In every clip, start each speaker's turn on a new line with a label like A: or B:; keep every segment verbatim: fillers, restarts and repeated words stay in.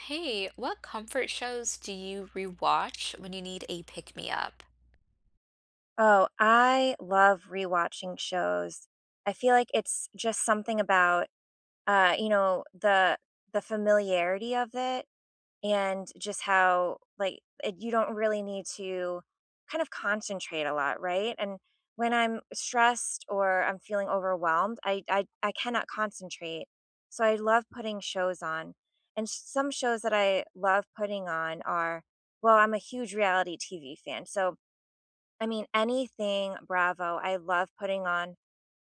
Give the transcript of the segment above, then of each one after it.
A: Hey, what comfort shows do you rewatch when you need a pick-me-up?
B: Oh, I love rewatching shows. I feel like it's just something about, uh, you know, the the familiarity of it and just how like it, you don't really need to kind of concentrate a lot, right? And when I'm stressed or I'm feeling overwhelmed, I I, I cannot concentrate. So I love putting shows on. And some shows that I love putting on are, well, I'm a huge reality T V fan. So I mean, anything Bravo. I love putting on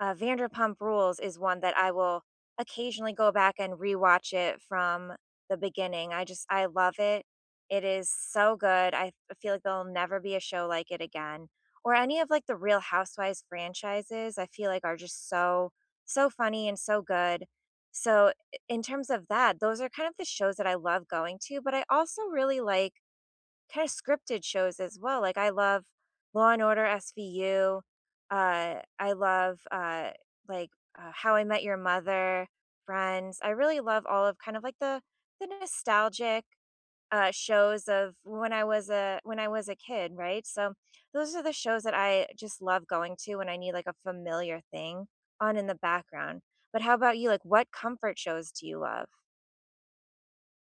B: uh, Vanderpump Rules is one that I will occasionally go back and rewatch it from the beginning. I just I love it. It is so good. I f- feel like there'll never be a show like it again. Or any of like the Real Housewives franchises, I feel like are just so so funny and so good. So i- in terms of that, those are kind of the shows that I love going to, but I also really like kind of scripted shows as well. Like I love Law and Order S V U. Uh, I love uh, like uh, How I Met Your Mother, Friends. I really love all of kind of like the the nostalgic uh, shows of when I was a when I was a kid, right? So those are the shows that I just love going to when I need like a familiar thing on in the background. But how about you? Like, what comfort shows do you love?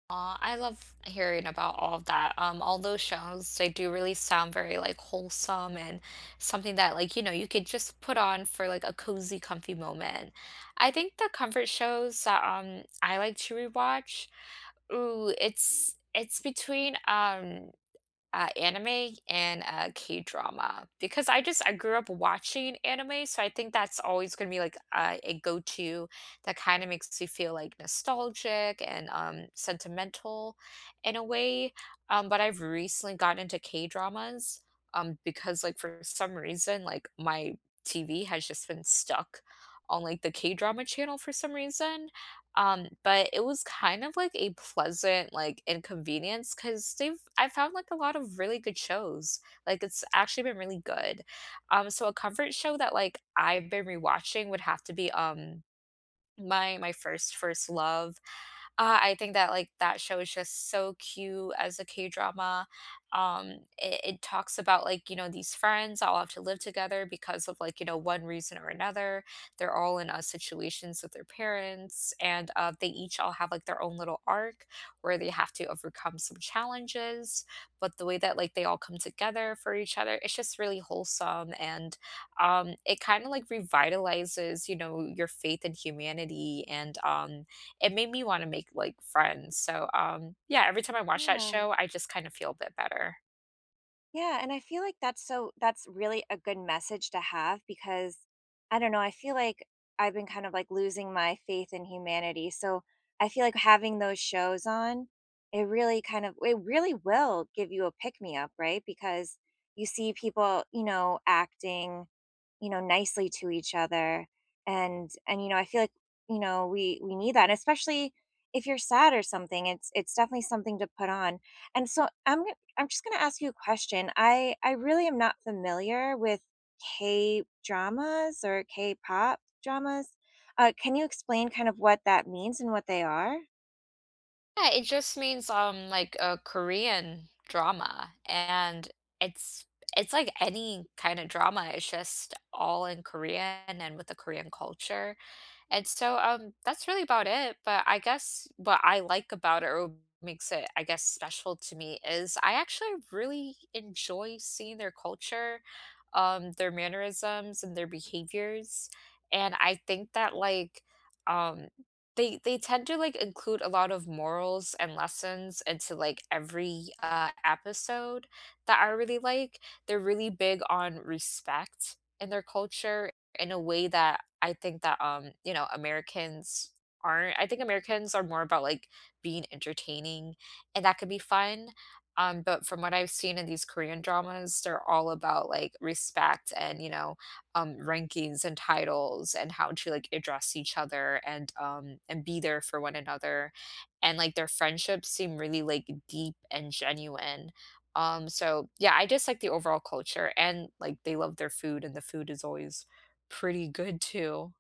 A: Aw, I love hearing about all of that. Um, all those shows, they do really sound very like wholesome and something that, like, you know, you could just put on for like a cozy, comfy moment. I think the comfort shows that um I like to rewatch, ooh, it's it's between um Uh, anime and, uh, K-drama, because I just I grew up watching anime, so I think that's always gonna be, like, uh, a go-to that kinda makes you feel, like, nostalgic and, um, sentimental in a way, um, but I've recently gotten into K-dramas, um, because, like, for some reason, like, my T V has just been stuck on, like, the K-drama channel for some reason, um, but it was kind of like a pleasant, like, inconvenience because 'cause they've I found, like, a lot of really good shows. Like, it's actually been really good. Um, so a comfort show that, like, I've been rewatching would have to be, um, my my first first love. Uh, I think that like that show is just so cute as a K drama. Um, it, it talks about, like, you know, these friends all have to live together because of, like, you know, one reason or another. They're all in, uh, situations with their parents, and uh, they each all have like their own little arc where they have to overcome some challenges. But the way that, like, they all come together for each other, it's just really wholesome, and um, it kind of like revitalizes, you know, your faith in humanity, and um it made me wanna make, like, friends, so, um, yeah, every time I watch that
B: Yeah.
A: show, I just kind of feel a bit better.
B: Yeah, and I feel like that's so that's really a good message to have because I don't know, I feel like I've been kind of like losing my faith in humanity. So I feel like having those shows on, it really kind of it really will give you a pick me up, right? Because you see people, you know, acting you know, nicely to each other. And and you know, I feel like, you know, we we need that, and especially if you're sad or something, it's it's definitely something to put on. And so I'm i I'm just going to ask you a question. I I really am not familiar with K-dramas or K-pop dramas. Uh, can you explain kind of what that means and what they are?
A: Yeah, it just means, um, like, a Korean drama, and it's it's like any kinda drama, it's just all in Korean and with the Korean culture. And so, um, that's really about it, but I guess what I like about it or makes it, I guess, special to me is I actually really enjoy seeing their culture, um, their mannerisms and their behaviors. And I think that like um they they tend to like include a lot of morals and lessons into like every uh episode that I really like. They're really big on respect in their culture in a way that I think that, um, you know, Americans aren't. I think Americans are more about like being entertaining and that could be fun. Um, but from what I've seen in these Korean dramas, they're all about like respect and, you know, um, rankings and titles and how to like address each other and um and be there for one another. And like their friendships seem really like deep and genuine. Um, so yeah, I just like the overall culture and like they love their food and the food is always pretty good too.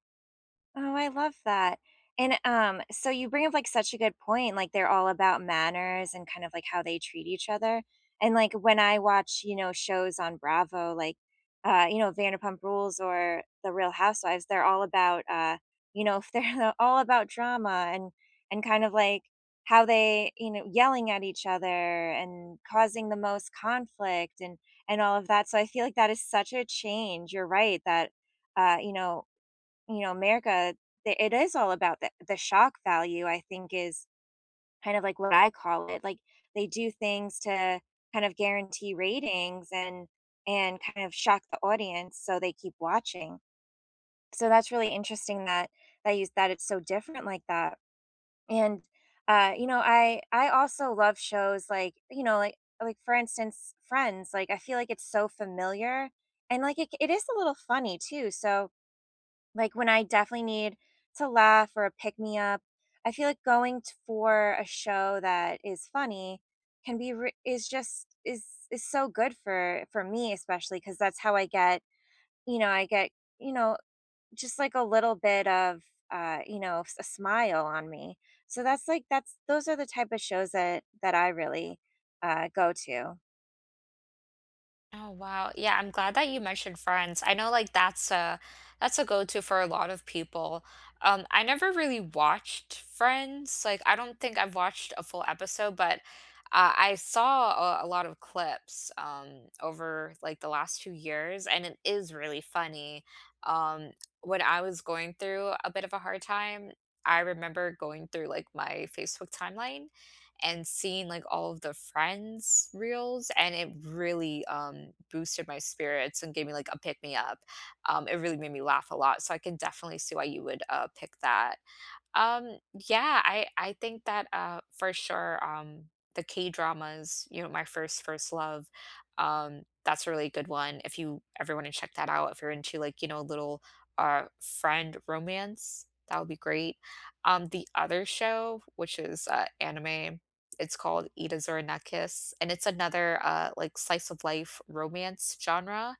B: Oh, I love that. And, um, so you bring up, like, such a good point, like, they're all about manners and kind of, like, how they treat each other, and, like, when I watch, you know, shows on Bravo, like, uh, you know, Vanderpump Rules or The Real Housewives, they're all about, uh, you know, they're all about drama and and kind of, like, how they, you know, yelling at each other and causing the most conflict and and all of that, so I feel like that is such a change, you're right, that, uh, you know, you know, America, th it is all about the the shock value, I think, is kind of like what I call it, like, they do things to kind of guarantee ratings and and kind of shock the audience so they keep watching. So that's really interesting that that you that it's so different like that, and, uh, you know, I I also love shows like, you know, like like, for instance, Friends, like, I feel like it's so familiar, and, like, it it is a little funny too, so like, when I definitely need to laugh or a pick me up, I feel like going t for a show that is funny can be re is just is is so good for for me especially because that's how I get you know, I get, you know, just like a little bit of, uh, you know, s a smile on me. So that's like that's those are the type of shows that that I really, uh, go to.
A: Oh wow. Yeah, I'm glad that you mentioned Friends. I know like that's a that's a go-to for a lot of people. Um I never really watched Friends. Like I don't think I've watched a full episode, but uh, I saw a, a lot of clips um over like the last two years and it is really funny. Um when I was going through a bit of a hard time, I remember going through like my Facebook timeline and seeing like all of the friends reels and it really um boosted my spirits and gave me like a pick me up. Um it really made me laugh a lot, so I can definitely see why you would uh pick that. um, yeah, I I think that uh for sure um the K-dramas, you know, my first first love. Um that's a really good one. If you ever want to check that out, if you're into, like, you know, little uh friend romance, that would be great. Um the other show, which is uh anime, it's called Itazura na Kiss, and it's another uh like slice of life romance genre,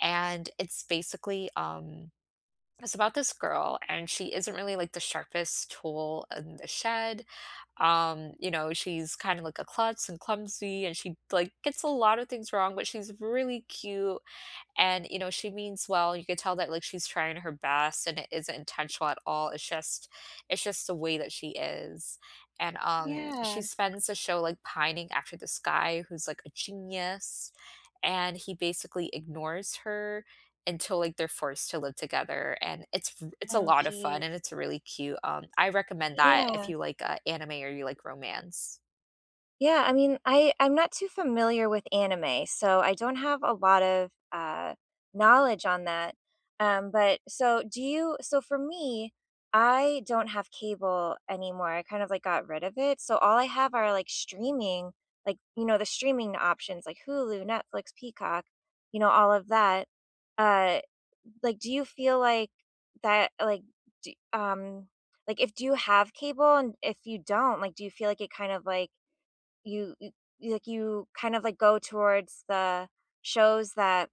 A: and it's basically um it's about this girl, and she isn't really like the sharpest tool in the shed. Um, you know, she's kind of like a klutz and clumsy, and she like gets a lot of things wrong, but she's really cute and, you know, she means well. You could tell that like she's trying her best and it isn't intentional at all. It's just it's just the way that she is. And um Mm. She
B: Yeah.
A: spends the show like pining after this guy who's like a genius and he basically ignores her until like they're forced to live together and it's r- it's a
B: Oh,
A: lot of Mm. fun
B: geez.
A: and it's really cute. um I recommend Yeah. that if
B: Yeah.
A: you like, uh, anime or you like romance.
B: Yeah, I mean, I I'm not too familiar with anime, so I don't have a lot of uh, knowledge on that. Um, but so do you? So for me, I don't have cable anymore. I kind of like got rid of it. So all I have are like streaming, like you know the streaming options like Hulu, Netflix, Peacock, you know all of that. Uh, like, do you feel like that? Like, do, um, like if do you have cable and if you don't, like, do you feel like it kind of like you you you, like you kind of like go towards the shows that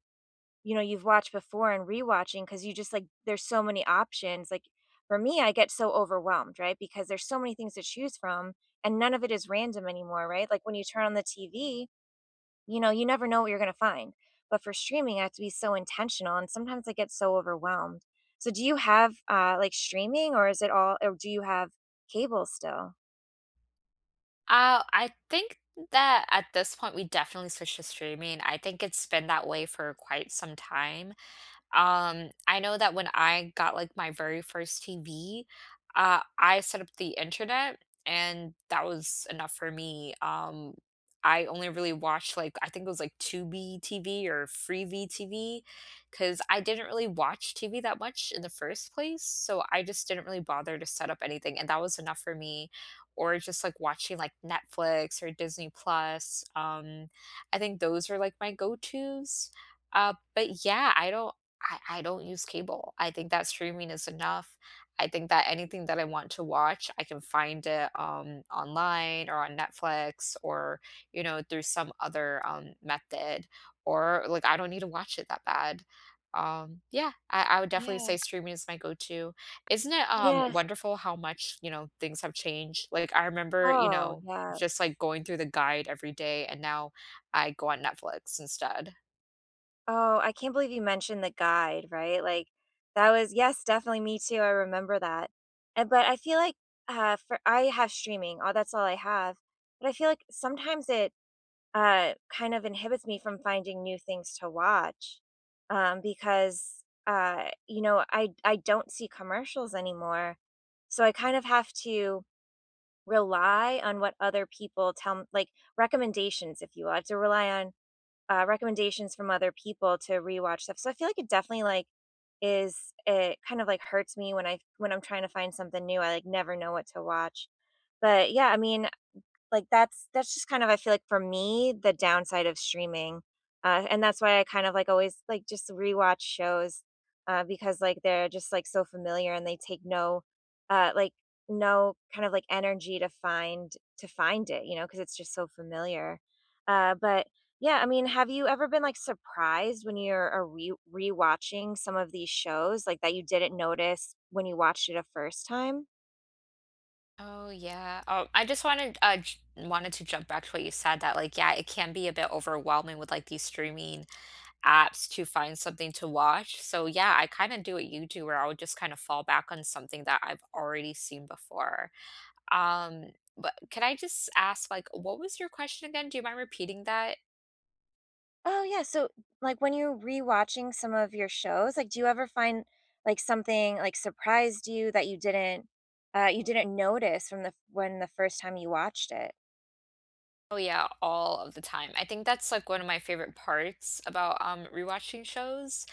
B: you know you've watched before and rewatching because you just like there's so many options like for me I get so overwhelmed, right? Because there's so many things to choose from and none of it is random anymore, right? Like when you turn on the TV, you know you never know what you're going to find, but for streaming I have to be so intentional and sometimes I get so overwhelmed. So do you have uh like streaming or is it all or do you have cable still?
A: Uh, I think that at this point, we definitely switched to streaming. I think it's been that way for quite some time. Um, I know that when I got like my very first T V, uh, I set up the internet and that was enough for me. Um, I only really watched like I think it was like Tubi T V or Freevee T V because I didn't really watch T V that much in the first place, so I just didn't really bother to set up anything, and that was enough for me. Or just like watching like Netflix or Disney Plus. Um, I think those are like my go tos. Uh, but yeah, I don't. I I don't use cable. I think that streaming is enough. I think that anything that I want to watch, I can find it, um, online or on Netflix or, you know, through some other um, method. Or like, I don't need to watch it that bad. Um, yeah, I, I would definitely
B: Yeah.
A: say streaming is my go-to. Isn't it, um,
B: Yes.
A: wonderful how much, you know, things have changed? Like, I remember, you
B: Oh
A: know, just
B: yes.
A: like going through the guide every day, and now I go on Netflix instead.
B: Oh, I can't believe you mentioned the guide, right? Like, that was, yes, definitely me too, I remember that. And but I feel like, uh, for I have streaming, all that's all I have, but I feel like sometimes it, uh, kind of inhibits me from finding new things to watch, um, because, uh, you know, I I don't see commercials anymore, so I kind of have to rely on what other people tell m like, recommendations, if you will. I have to rely on uh, recommendations from other people to rewatch stuff. So I feel like it definitely like is it kind of like hurts me when I when I'm trying to find something new. I like never know what to watch. But yeah, I mean, like, that's that's just kind of I feel like for me, the downside of streaming, uh, and that's why I kind of, like, always, like, just rewatch shows, uh, because, like, they're just, like, so familiar and they take no, uh, like, no kind of, like, energy to find to find it, you know, because it's just so familiar. Uh, but yeah, I mean, have you ever been, like, surprised when you're, uh, re rewatching some of these shows, like, that you didn't notice when you watched it a first time?
A: Oh yeah. Oh, I just wanted uh j- wanted to jump back to what you said that like yeah, it can be a bit overwhelming with like these streaming apps to find something to watch. So yeah, I kind of do what you do where I would just kind of fall back on something that I've already seen before. Um, but can I just ask like what was your question again? Do you mind repeating that?
B: Oh, yeah, so, like, when you're rewatching some of your shows, like, do you ever find, like, something, like, surprised you that you didn't, uh, you didn't notice from the when the first time you watched it?
A: Oh yeah, all of the time. I think that's like one of my favorite parts about um rewatching shows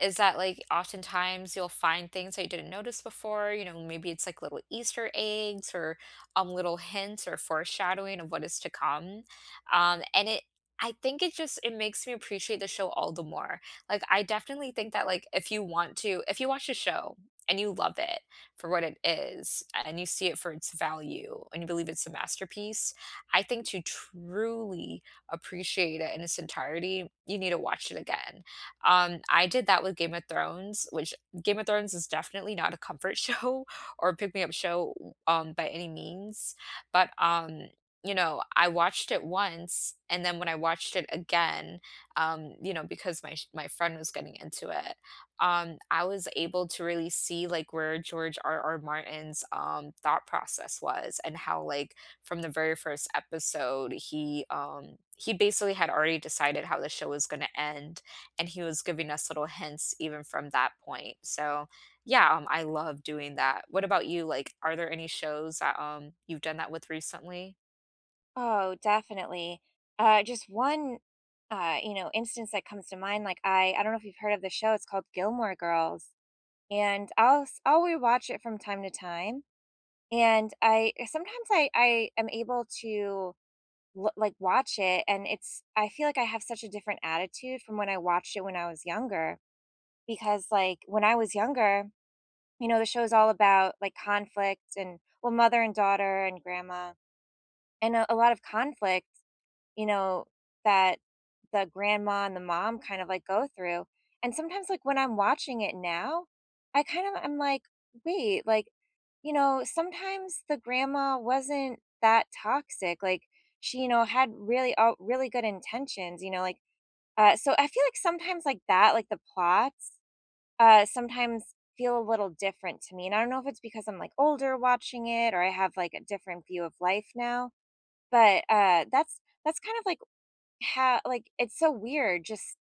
A: is that like oftentimes you'll find things that you didn't notice before, you know, maybe it's like little Easter eggs or um little hints or foreshadowing of what is to come. Um and it I think it just it makes me appreciate the show all the more. Like I definitely think that like if you want to if you watch a show and you love it for what it is and you see it for its value and you believe it's a masterpiece, I think to truly appreciate it in its entirety, you need to watch it again. Um, I did that with Game of Thrones, which Game of Thrones is definitely not a comfort show or a pick me up show, um, by any means. But, um, you know, I watched it once, and then when I watched it again, um, you know, because my sh- my friend was getting into it, um, I was able to really see like where George R. R. Martin's, um, thought process was and how like from the very first episode, he um he basically had already decided how the show was going to end, and he was giving us little hints even from that point. So, yeah, um, I love doing that. What about you? Like, are there any shows that um you've done that with recently?
B: Oh, definitely. Uh, just one, uh, you know, instance that comes to mind, like, I I don't know if you've heard of the show, it's called Gilmore Girls, and I'll s I'll rewatch it from time to time, and I sometimes I I am able to l like, watch it, and it's I feel like I have such a different attitude from when I watched it when I was younger, because, like, when I was younger, you know, the show is all about, like, conflict and well, mother and daughter and grandma, and a a lot of conflict, you know, that the grandma and the mom kind of like go through. And sometimes, like, when I'm watching it now, I kind of I'm like, wait, like, you know, sometimes the grandma wasn't that toxic. Like, she, you know, had really, uh, really good intentions, you know, like, uh, so I feel like sometimes like that, like the plots, uh, sometimes feel a little different to me. And I don't know if it's because I'm like older watching it or I have like a different view of life now, but, uh, that's, that's kind of like how like it's so weird just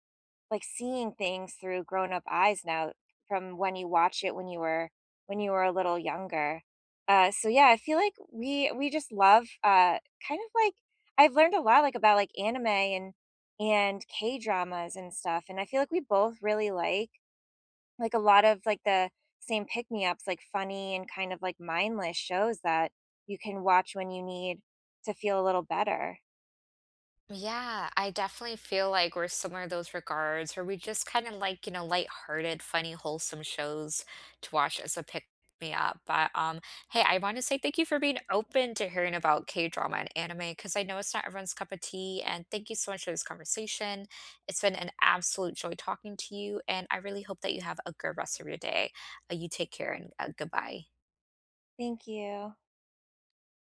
B: like seeing things through grown up eyes now from when you watch it when you were when you were a little younger. Uh so yeah, I feel like we we just love uh kind of like I've learned a lot like about like anime and and K-dramas and stuff and I feel like we both really like like a lot of like the same pick-me-ups like funny and kind of like mindless shows that you can watch when you need to feel a little better.
A: Yeah, I definitely feel like we're similar in those regards, where we just kind of like, you know, lighthearted, funny, wholesome shows to watch as a pick me up. But um, hey, I want to say thank you for being open to hearing about K-drama and anime, because I know it's not everyone's cup of tea. And thank you so much for this conversation. It's been an absolute joy talking to you, and I really hope that you have a good rest of your day. Uh, you take care and uh, goodbye.
B: Thank you.